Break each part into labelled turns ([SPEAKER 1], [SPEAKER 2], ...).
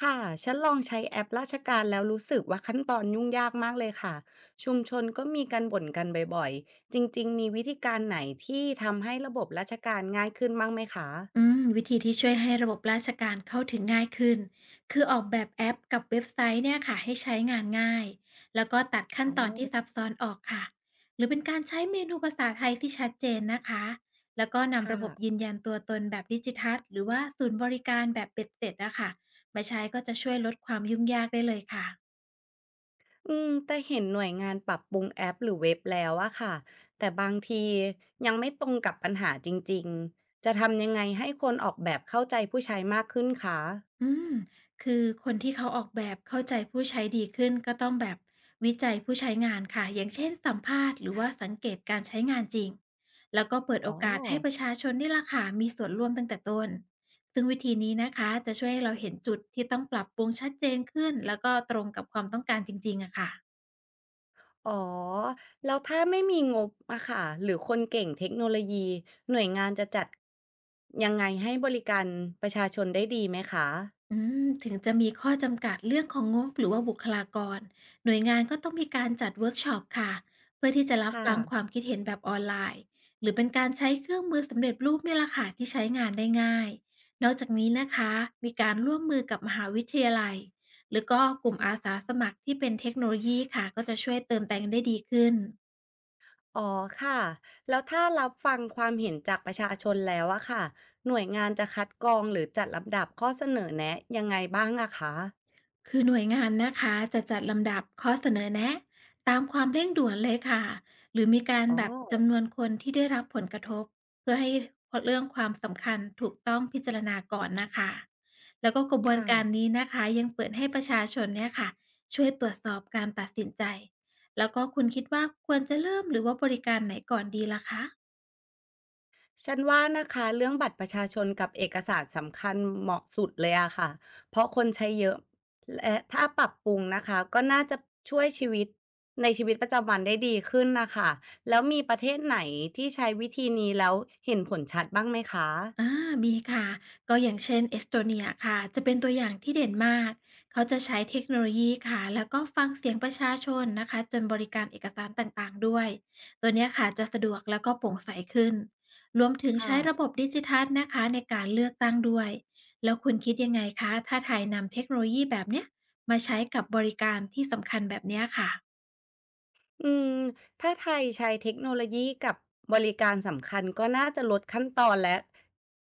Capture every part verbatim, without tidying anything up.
[SPEAKER 1] ค่ะฉันลองใช้แอปราชการแล้วรู้สึกว่าขั้นตอนยุ่งยากมากเลยค่ะชุมชนก็มีการบ่นกันบ่อยๆจริงๆมีวิธีการไหนที่ทำให้ระบบราชการง่ายขึ้นบ้างไหมคะ
[SPEAKER 2] อืมวิธีที่ช่วยให้ระบบราชการเข้าถึงง่ายขึ้นคือออกแบบแอปกับเว็บไซต์เนี่ยค่ะให้ใช้งานง่ายแล้วก็ตัดขั้น
[SPEAKER 1] อ๋อ
[SPEAKER 2] ตอนที่ซับซ้อนออกค่ะหรือเป็นการใช้เมนูภาษาไทยที่ชัดเจนนะคะแล้วก็นำ
[SPEAKER 1] ค่ะ
[SPEAKER 2] ระบบยืนยันตัวตนแบบดิจิทัลหรือว่าศูนย์บริการแบบเป็ดเสร็จนะคะมาใช้ก็จะช่วยลดความยุ่งยากได้เลยค่ะ
[SPEAKER 1] อืมแต่เห็นหน่วยงานปรับปรุงแอปหรือเว็บแล้วอะค่ะแต่บางทียังไม่ตรงกับปัญหาจริงๆจะทำยังไงให้คนออกแบบเข้าใจผู้ใช้มากขึ้นคะ
[SPEAKER 2] อืมคือคนที่เขาออกแบบเข้าใจผู้ใช้ดีขึ้นก็ต้องแบบวิจัยผู้ใช้งานค่ะอย่างเช่นสัมภาษณ์หรือว่าสังเกตการใช้งานจริงแล้วก็เปิด
[SPEAKER 1] อ๋อ
[SPEAKER 2] โอกาสให้ประชาชนนี่ล่ะค่ะมีส่วนร่วมตั้งแต่ต้นซึ่งวิธีนี้นะคะจะช่วยให้เราเห็นจุดที่ต้องปรับปรุงชัดเจนขึ้นแล้วก็ตรงกับความต้องการจริงๆอะค่ะ
[SPEAKER 1] อ๋อ แล้วถ้าไม่มีงบอะค่ะหรือคนเก่งเทคโนโลยี หน่วยงานจะจัดยังไงให้บริการประชาชนได้ดีไหมคะ
[SPEAKER 2] อืมถึงจะมีข้อจำกัดเรื่องของงบหรือว่าบุคลากรหน่วยงานก็ต้องมีการจัดเวิร์กช็อปค่ะเพื่อที่จะรับ
[SPEAKER 1] ค่ะ
[SPEAKER 2] ฟังความคิดเห็นแบบออนไลน์หรือเป็นการใช้เครื่องมือสำเร็จรูปเนี่ยแหละค่ะที่ใช้งานได้ง่ายนอกจากนี้นะคะมีการร่วมมือกับมหาวิทยาลัยหรือก็กลุ่มอาสาสมัครที่เป็นเทคโนโลยีค่ะก็จะช่วยเติมแต่งได้ดีขึ้น
[SPEAKER 1] อ๋อค่ะ แล้วถ้ารับฟังความเห็นจากประชาชนแล้วอะค่ะหน่วยงานจะคัดกรองหรือจัดลำดับข้อเสนอแนะยังไงบ้างอะคะ
[SPEAKER 2] คือหน่วยงานนะคะจะจัดลำดับข้อเสนอแนะตามความเร่งด่วนเลยค่ะหรือมีการ
[SPEAKER 1] อ๋อ
[SPEAKER 2] แบบจำนวนคนที่ได้รับผลกระทบเพื่อให้เรื่องความสำคัญถูกต้องพิจารณาก่อนนะคะแล้วก็กระบวน
[SPEAKER 1] ค่ะ
[SPEAKER 2] การนี้นะคะยังเปิดให้ประชาชนเนี่ยค่ะช่วยตรวจสอบการตัดสินใจแล้วก็คุณคิดว่าควรจะเริ่มหรือว่าบริการไหนก่อนดีล่ะคะ
[SPEAKER 1] ฉันว่านะคะเรื่องบัตรประชาชนกับเอกสารสำคัญเหมาะสุดเลยอะค่ะเพราะคนใช้เยอะและถ้าปรับปรุงนะคะก็น่าจะช่วยชีวิตในชีวิตประจำวันได้ดีขึ้นนะคะแล้วมีประเทศไหนที่ใช้วิธีนี้แล้วเห็นผลชัดบ้างไหมคะ
[SPEAKER 2] อามีค่ะก็อย่างเช่นเอสโตเนียค่ะจะเป็นตัวอย่างที่เด่นมากเขาจะใช้เทคโนโลยีค่ะแล้วก็ฟังเสียงประชาชนนะคะจนบริการเอกสารต่างๆด้วยตัวเนี้ยค่ะจะสะดวกแล้วก็โปร่งใสขึ้นรวมถึง
[SPEAKER 1] ค่ะ
[SPEAKER 2] ใช้ระบบดิจิทัลนะคะในการเลือกตั้งด้วยแล้วคุณคิดยังไงคะถ้าไทยนำเทคโนโลยีแบบเนี้ยมาใช้กับบริการที่สำคัญแบบเนี้ยค่ะ
[SPEAKER 1] อืมถ้าไทยใช้เทคโนโลยีกับบริการสำคัญก็น่าจะลดขั้นตอนและ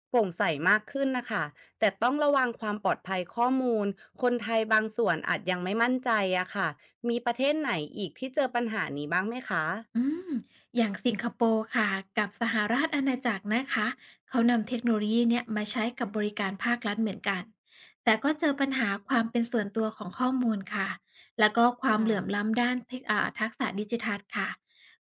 [SPEAKER 1] โปร่งใสมากขึ้นนะคะแต่ต้องระวังความปลอดภัยข้อมูลคนไทยบางส่วนอาจยังไม่มั่นใจอะค่ะมีประเทศไหนอีกที่เจอปัญหานี้บ้างไหมคะ
[SPEAKER 2] อืมอย่างสิงคโปร์ค่ะกับสหราชอาณาจักรนะคะเขานำเทคโนโลยีเนี่ยมาใช้กับบริการภาครัฐเหมือนกันแต่ก็เจอปัญหาความเป็นส่วนตัวของข้อมูลค่ะแล้วก็ค
[SPEAKER 1] ค
[SPEAKER 2] วามเหลื่อม
[SPEAKER 1] ่ะ
[SPEAKER 2] ล้ำด้านเทคอ่าทักษะดิจิทัลค่ะ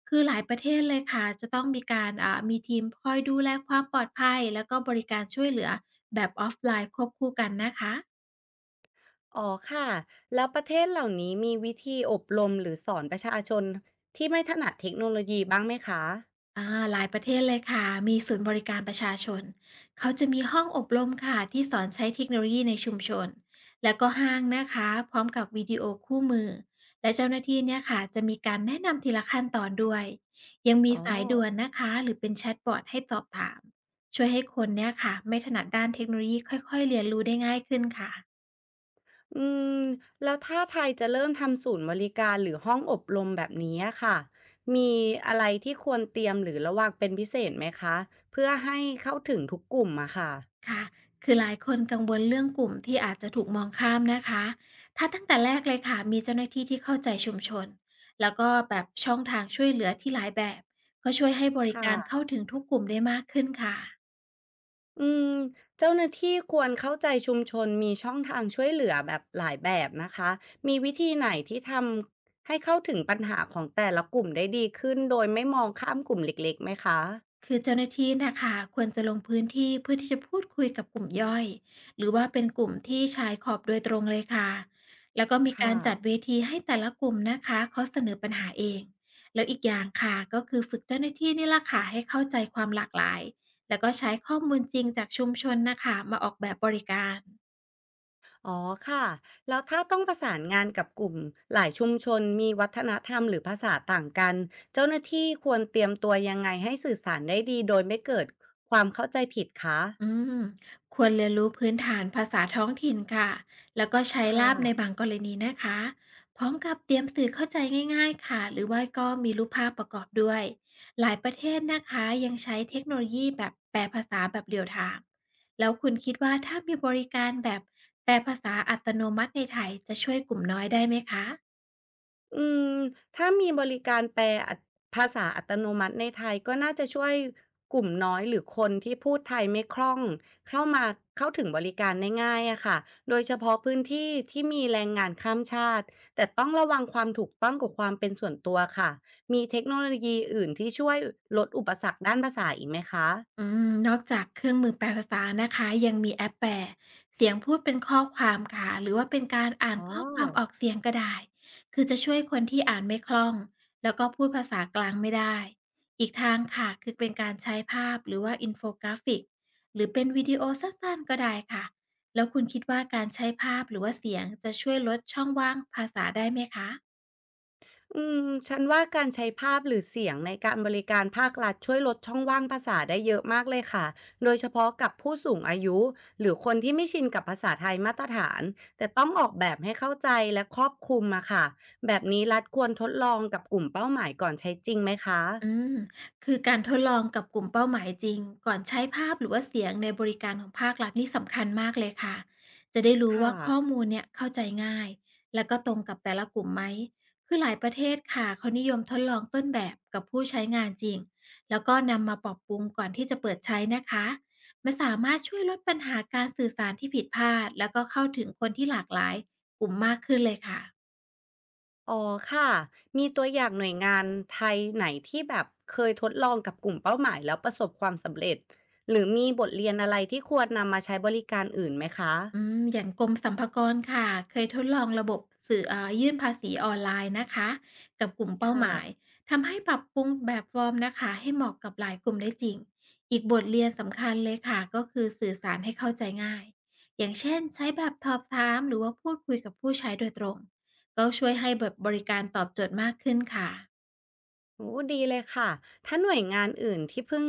[SPEAKER 2] คือหลายประเทศเลยค่ะจะต้องมีการอ่ามีทีมคอยดูแลความปลอดภัยแล้วก็บริการช่วยเหลือแบบออฟไลน์ควบคู่กันนะคะ
[SPEAKER 1] อ๋อค่ะแล้วประเทศเหล่านี้มีวิธีอบรมหรือสอนประชาชนที่ไม่ถนัดเทคโนโลยีบ้างไหมคะ
[SPEAKER 2] อาหลายประเทศเลยค่ะมีศูนย์บริการประชาชนเขาจะมีห้องอบรมค่ะที่สอนใช้เทคโนโลยีในชุมชนแล้วก็ห้างนะคะ พร้อมกับวิดีโอคู่มือ และเจ้าหน้าที่เนี่ยค่ะจะมีการแนะนำทีละขั้นตอนด้วยยังมี
[SPEAKER 1] อ๋อ
[SPEAKER 2] สายด่วนนะคะหรือเป็นแชทบอตให้สอบถามช่วยให้คนเนี่ยค่ะไม่ถนัดด้านเทคโนโลยีค่อยๆเรียนรู้ได้ง่ายขึ้นค่ะ
[SPEAKER 1] อืมแล้วถ้าไทยจะเริ่มทำศูนย์บริการหรือห้องอบรมแบบนี้อะค่ะมีอะไรที่ควรเตรียมหรือระวังเป็นพิเศษไหมคะเพื่อให้เข้าถึงทุกกลุ่มอะค่ะ
[SPEAKER 2] ค่ะคือหลายคนกังวลเรื่องกลุ่มที่อาจจะถูกมองข้ามนะคะ ถ้าตั้งแต่แรกเลยค่ะมีเจ้าหน้าที่ที่เข้าใจชุมชน แล้วก็แบบช่องทางช่วยเหลือที่หลายแบบ ก็ช่วยให้บริการ
[SPEAKER 1] ค่ะ
[SPEAKER 2] เข้าถึงทุกกลุ่มได้มากขึ้นค่ะ
[SPEAKER 1] อืมเจ้าหน้าที่ควรเข้าใจชุมชนมีช่องทางช่วยเหลือแบบหลายแบบนะคะมีวิธีไหนที่ทำให้เข้าถึงปัญหาของแต่ละกลุ่มได้ดีขึ้นโดยไม่มองข้ามกลุ่มเล็กๆไหมคะ
[SPEAKER 2] คือเจ้าหน้าที่นะคะควรจะลงพื้นที่เพื่อที่จะพูดคุยกับกลุ่มย่อยหรือว่าเป็นกลุ่มที่ชายขอบโดยตรงเลยค่ะแล้วก็มี
[SPEAKER 1] ค่ะ
[SPEAKER 2] การจัดเวทีให้แต่ละกลุ่มนะคะเขาเสนอปัญหาเองแล้วอีกอย่างค่ะก็คือฝึกเจ้าหน้าที่นี่ละค่ะให้เข้าใจความหลากหลายแล้วก็ใช้ข้อมูลจริงจากชุมชนนะคะมาออกแบบบริการ
[SPEAKER 1] อ๋อค่ะ แล้วถ้าต้องประสานงานกับกลุ่มหลายชุมชนมีวัฒนธรรมหรือภาษาต่างกัน เจ้าหน้าที่ควรเตรียมตัวยังไงให้สื่อสารได้ดีโดยไม่เกิดความเข้าใจผิดคะ
[SPEAKER 2] อืมควรเรียนรู้พื้นฐานภาษาท้องถิ่นค่ะ แล้วก็ใช้
[SPEAKER 1] ค่ะ
[SPEAKER 2] ล่ามในบางกรณีนะคะ พร้อมกับเตรียมสื่อเข้าใจง่ายๆค่ะ หรือว่าก็มีรูปภาพประกอบด้วย หลายประเทศนะคะยังใช้เทคโนโลยีแบบแปลภาษาแบบเรียลไทม์แล้วคุณคิดว่าถ้ามีบริการแบบแปลภาษาอัตโนมัติในไทยจะช่วยกลุ่มน้อยได้ไหมคะ
[SPEAKER 1] อืมถ้ามีบริการแปลอัตภาษาอัตโนมัติในไทยก็น่าจะช่วยกลุ่มน้อยหรือคนที่พูดไทยไม่คล่องเข้ามาเข้าถึงบริการได้ง่ายอะค่ะโดยเฉพาะพื้นที่ที่มีแรงงานข้ามชาติแต่ต้องระวังความถูกต้องกับความเป็นส่วนตัวค่ะมีเทคโนโลยีอื่นที่ช่วยลดอุปสรรคด้านภาษาอีกไหมคะ
[SPEAKER 2] อืมนอกจากเครื่องมือแปลภาษานะคะยังมีแอปแปลเสียงพูดเป็นข้อความค่ะหรือว่าเป็นการอ่า
[SPEAKER 1] อ๋
[SPEAKER 2] น
[SPEAKER 1] อ
[SPEAKER 2] ข้อความออกเสียงก็ได้คือจะช่วยคนที่อ่านไม่คล่องแล้วก็พูดภาษากลางไม่ได้อีกทางค่ะคือเป็นการใช้ภาพหรือว่าอินโฟกราฟิกหรือเป็นวิดีโอสั้นๆก็ได้ค่ะแล้วคุณคิดว่าการใช้ภาพหรือว่าเสียงจะช่วยลดช่องว่างภาษาได้ไหมคะ
[SPEAKER 1] อืมฉันว่าการใช้ภาพหรือเสียงในการบริการภาครัฐช่วยลดช่องว่างภาษาได้เยอะมากเลยค่ะ โดยเฉพาะกับผู้สูงอายุหรือคนที่ไม่ชินกับภาษาไทยมาตรฐาน แต่ต้องออกแบบให้เข้าใจและครอบคลุมอะค่ะ แบบนี้รัฐควรทดลองกับกลุ่มเป้าหมายก่อนใช้จริงไหมคะ
[SPEAKER 2] อืมคือการทดลองกับกลุ่มเป้าหมายจริงก่อนใช้ภาพหรือว่าเสียงในบริการของภาครัฐนี่สำคัญมากเลยค่ะจะได้รู้
[SPEAKER 1] ค่ะ
[SPEAKER 2] ว่าข้อมูลเนี่ยเข้าใจง่ายแล้วก็ตรงกับแต่ละกลุ่มไหมคือหลายประเทศค่ะเขานิยมทดลองต้นแบบกับผู้ใช้งานจริงแล้วก็นำมาปรับปรุงก่อนที่จะเปิดใช้นะคะมันสามารถช่วยลดปัญหาการสื่อสารที่ผิดพลาดแล้วก็เข้าถึงคนที่หลากหลายกลุ่มมากขึ้นเลยค่ะ
[SPEAKER 1] อ๋อค่ะ มีตัวอย่างหน่วยงานไทยไหนที่แบบเคยทดลองกับกลุ่มเป้าหมายแล้วประสบความสำเร็จหรือมีบทเรียนอะไรที่ควรนำมาใช้บริการอื่นไหมคะ
[SPEAKER 2] อืมอย่างกรมสรรพากรค่ะเคยทดลองระบบสื่อเอ่ายื่นภาษีออนไลน์นะคะกับกลุ่มเป้าห
[SPEAKER 1] ค่ะ
[SPEAKER 2] มายทำให้ปรับปรุงแบบฟอร์มนะคะให้เหมาะกับหลายกลุ่มได้จริงอีกบทเรียนสำคัญเลยค่ะก็คือสื่อสารให้เข้าใจง่ายอย่างเช่นใช้แบบสอบถามหรือว่าพูดคุยกับผู้ใช้โดยตรงก็ช่วยให้แบบบริการตอบโจทย์มากขึ้นค่ะ
[SPEAKER 1] โอ้ดีเลยค่ะถ้าหน่วยงานอื่นที่เพิ่ง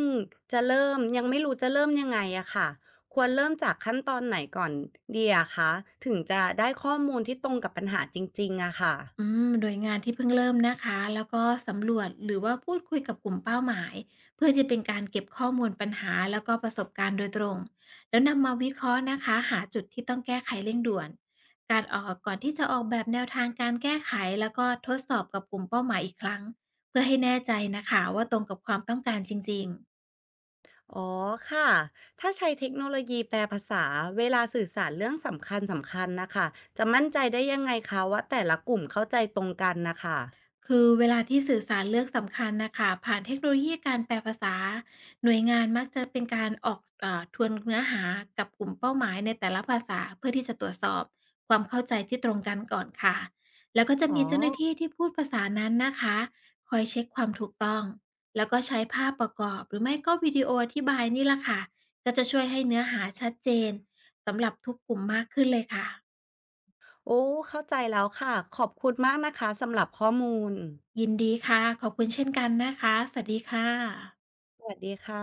[SPEAKER 1] จะเริ่มยังไม่รู้จะเริ่มยังไงอะค่ะควรเริ่มจากขั้นตอนไหนก่อนดีอะคะถึงจะได้ข้อมูลที่ตรงกับปัญหาจริงๆอะค่ะ
[SPEAKER 2] อืมโดยงานที่เพิ่งเริ่มนะคะแล้วก็สำรวจหรือว่าพูดคุยกับกลุ่มเป้าหมายเพื่อจะเป็นการเก็บข้อมูลปัญหาแล้วก็ประสบการณ์โดยตรงแล้วนำมาวิเคราะห์นะคะหาจุดที่ต้องแก้ไขเร่งด่วนการออกก่อนที่จะออกแบบแนวทางการแก้ไขแล้วก็ทดสอบกับกลุ่มเป้าหมายอีกครั้งเพื่อให้แน่ใจนะคะว่าตรงกับความต้องการจริงๆ
[SPEAKER 1] อ๋อค่ะถ้าใช้เทคโนโลยีแปลภาษาเวลาสื่อสารเรื่องสำคัญๆนะคะจะมั่นใจได้ยังไงคะว่าแต่ละกลุ่มเข้าใจตรงกันนะคะ
[SPEAKER 2] คือเวลาที่สื่อสารเรื่องสำคัญนะคะผ่านเทคโนโลยีการแปลภาษาหน่วยงานมักจะเป็นการออกเอ่ทวนเนื้อหากับกลุ่มเป้าหมายในแต่ละภาษาเพื่อที่จะตรวจสอบความเข้าใจที่ตรงกันก่อนค่ะแล้วก็จะ
[SPEAKER 1] อ๋อ
[SPEAKER 2] มีเจ้าหน้าที่ที่พูดภาษานั้นนะคะคอยเช็คความถูกต้องแล้วก็ใช้ภาพประกอบหรือไม่ก็วิดีโออธิบายนี่แหละค่ะก็จะช่วยให้เนื้อหาชัดเจนสำหรับทุกกลุ่มมากขึ้นเลยค่ะ
[SPEAKER 1] โอ้เข้าใจแล้วค่ะขอบคุณมากนะคะสำหรับข้อมูล
[SPEAKER 2] ยินดีค่ะขอบคุณเช่นกันนะคะสวัสดีค่ะ
[SPEAKER 1] สวัสดีค่ะ